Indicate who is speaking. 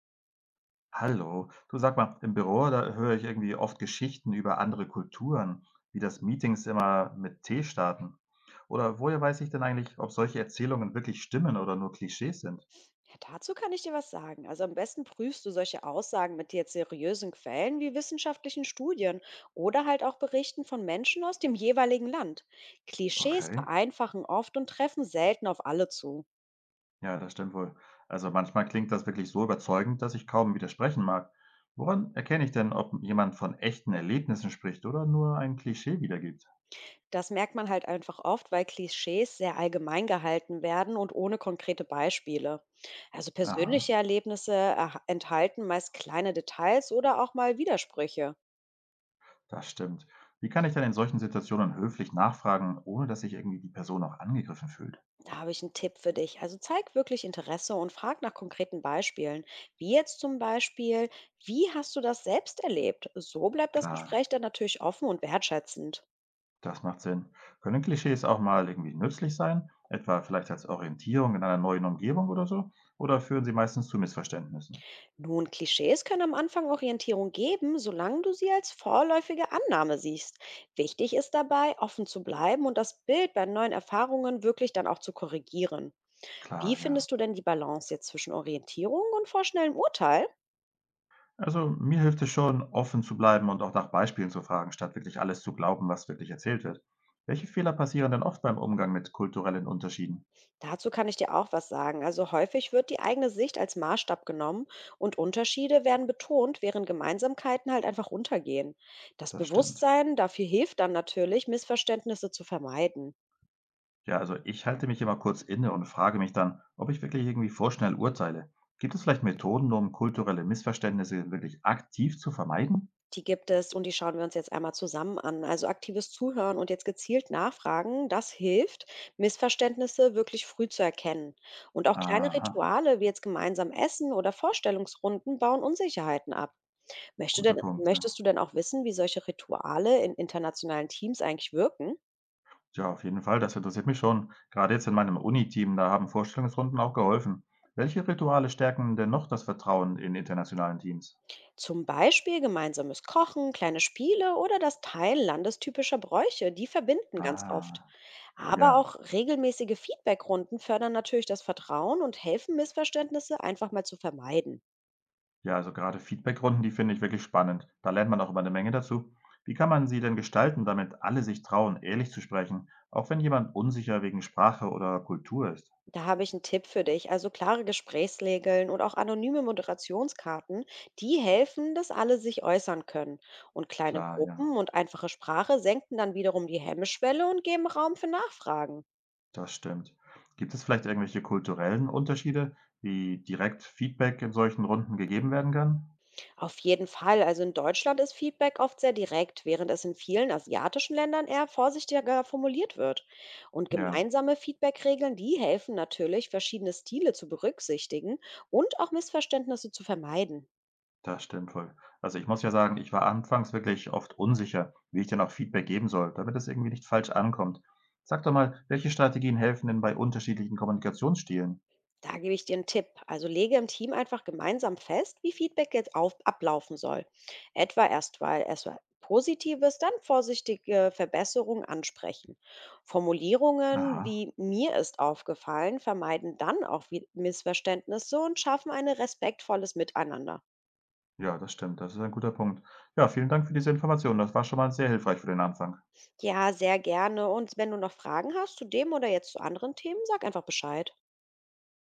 Speaker 1: Hallo, du, sag mal, im Büro, da höre ich irgendwie oft Geschichten über andere Kulturen, wie das Meetings immer mit Tee starten. Oder woher weiß ich denn eigentlich, ob solche Erzählungen wirklich stimmen oder nur Klischees sind?
Speaker 2: Ja, dazu kann ich dir was sagen. Also am besten prüfst du solche Aussagen mit jetzt seriösen Quellen wie wissenschaftlichen Studien oder halt auch Berichten von Menschen aus dem jeweiligen Land. Klischees
Speaker 1: Okay,
Speaker 2: vereinfachen oft und treffen selten auf alle zu.
Speaker 1: ja, das stimmt wohl. Also manchmal klingt das wirklich so überzeugend, dass ich kaum widersprechen mag. Woran erkenne ich denn, ob jemand von echten Erlebnissen spricht oder nur ein Klischee wiedergibt?
Speaker 2: Das merkt man halt einfach oft, weil Klischees sehr allgemein gehalten werden und ohne konkrete Beispiele. Also persönliche
Speaker 1: Aha,
Speaker 2: Erlebnisse enthalten meist kleine Details oder auch mal Widersprüche.
Speaker 1: das stimmt. Wie kann ich dann in solchen Situationen höflich nachfragen, ohne dass sich irgendwie die Person auch angegriffen fühlt?
Speaker 2: Da habe ich einen Tipp für dich. Also zeig wirklich Interesse und frag nach konkreten Beispielen. Wie jetzt zum Beispiel: „Wie hast du das selbst erlebt?“ So bleibt das
Speaker 1: Klar.
Speaker 2: Gespräch dann natürlich offen und wertschätzend.
Speaker 1: Das macht Sinn. Können Klischees auch mal irgendwie nützlich sein? Etwa vielleicht als Orientierung in einer neuen Umgebung oder so? Oder führen sie meistens zu Missverständnissen?
Speaker 2: Nun, Klischees können am Anfang Orientierung geben, solange du sie als vorläufige Annahme siehst. Wichtig ist dabei, offen zu bleiben und das Bild bei neuen Erfahrungen wirklich dann auch zu korrigieren. Wie
Speaker 1: Klar, ja.
Speaker 2: findest du denn die Balance jetzt zwischen Orientierung und vorschnellem Urteil?
Speaker 1: Also mir hilft es schon, offen zu bleiben und auch nach Beispielen zu fragen, statt wirklich alles zu glauben, was wirklich erzählt wird. Welche Fehler passieren denn oft beim Umgang mit kulturellen Unterschieden?
Speaker 2: Dazu kann ich dir auch was sagen. Also häufig wird die eigene Sicht als Maßstab genommen und Unterschiede werden betont, während Gemeinsamkeiten halt einfach untergehen. Das
Speaker 1: Das stimmt.
Speaker 2: Bewusstsein dafür hilft dann natürlich, Missverständnisse zu vermeiden.
Speaker 1: Ja, also ich halte mich immer kurz inne und frage mich dann, ob ich wirklich irgendwie vorschnell urteile. Gibt es vielleicht Methoden, um kulturelle Missverständnisse wirklich aktiv zu vermeiden?
Speaker 2: Die gibt es und die schauen wir uns jetzt einmal zusammen an. Also aktives Zuhören und jetzt gezielt nachfragen, das hilft, Missverständnisse wirklich früh zu erkennen. Und auch kleine
Speaker 1: Aha.
Speaker 2: Rituale wie jetzt gemeinsam Essen oder Vorstellungsrunden bauen Unsicherheiten ab.
Speaker 1: Guter Punkt,
Speaker 2: Möchtest
Speaker 1: ja.
Speaker 2: du denn auch wissen, wie solche Rituale in internationalen Teams eigentlich wirken?
Speaker 1: Ja, auf jeden Fall, das interessiert mich schon. Gerade jetzt in meinem Uni-Team, da haben Vorstellungsrunden auch geholfen. Welche Rituale stärken denn noch das Vertrauen in internationalen Teams?
Speaker 2: Zum Beispiel gemeinsames Kochen, kleine Spiele oder das Teilen landestypischer Bräuche, die verbinden ganz oft.
Speaker 1: Ah,
Speaker 2: Aber
Speaker 1: ja.
Speaker 2: auch regelmäßige Feedbackrunden fördern natürlich das Vertrauen und helfen, Missverständnisse einfach mal zu vermeiden.
Speaker 1: Ja, also gerade Feedbackrunden, die finde ich wirklich spannend. Da lernt man auch immer eine Menge dazu. Wie kann man sie denn gestalten, damit alle sich trauen, ehrlich zu sprechen, auch wenn jemand unsicher wegen Sprache oder Kultur ist?
Speaker 2: Da habe ich einen Tipp für dich. Also klare Gesprächsregeln und auch anonyme Moderationskarten, die helfen, dass alle sich äußern können. Und kleine
Speaker 1: Klar, ja,
Speaker 2: Gruppen und einfache Sprache senken dann wiederum die Hemmschwelle und geben Raum für Nachfragen.
Speaker 1: das stimmt. Gibt es vielleicht irgendwelche kulturellen Unterschiede, wie direkt Feedback in solchen Runden gegeben werden kann?
Speaker 2: Auf jeden Fall, also in Deutschland ist Feedback oft sehr direkt, während es in vielen asiatischen Ländern eher vorsichtiger formuliert wird. Und
Speaker 1: Ja.
Speaker 2: gemeinsame Feedbackregeln, die helfen natürlich, verschiedene Stile zu berücksichtigen und auch Missverständnisse zu vermeiden.
Speaker 1: Das stimmt voll. Also, ich muss ja sagen, ich war anfangs wirklich oft unsicher, wie ich denn auch Feedback geben soll, damit es irgendwie nicht falsch ankommt. Sag doch mal, welche Strategien helfen denn bei unterschiedlichen Kommunikationsstilen?
Speaker 2: Da gebe ich dir einen Tipp. Also lege im Team einfach gemeinsam fest, wie Feedback jetzt ablaufen soll. Etwa erstmal Positives, dann vorsichtige Verbesserungen ansprechen. Formulierungen
Speaker 1: Aha,
Speaker 2: wie mir ist aufgefallen vermeiden dann auch Missverständnisse und schaffen ein respektvolles Miteinander.
Speaker 1: ja, das stimmt. Das ist ein guter Punkt. Ja, vielen Dank für diese Information. Das war schon mal sehr hilfreich für den Anfang.
Speaker 2: Ja, sehr gerne. Und wenn du noch Fragen hast zu dem oder jetzt zu anderen Themen, sag einfach Bescheid.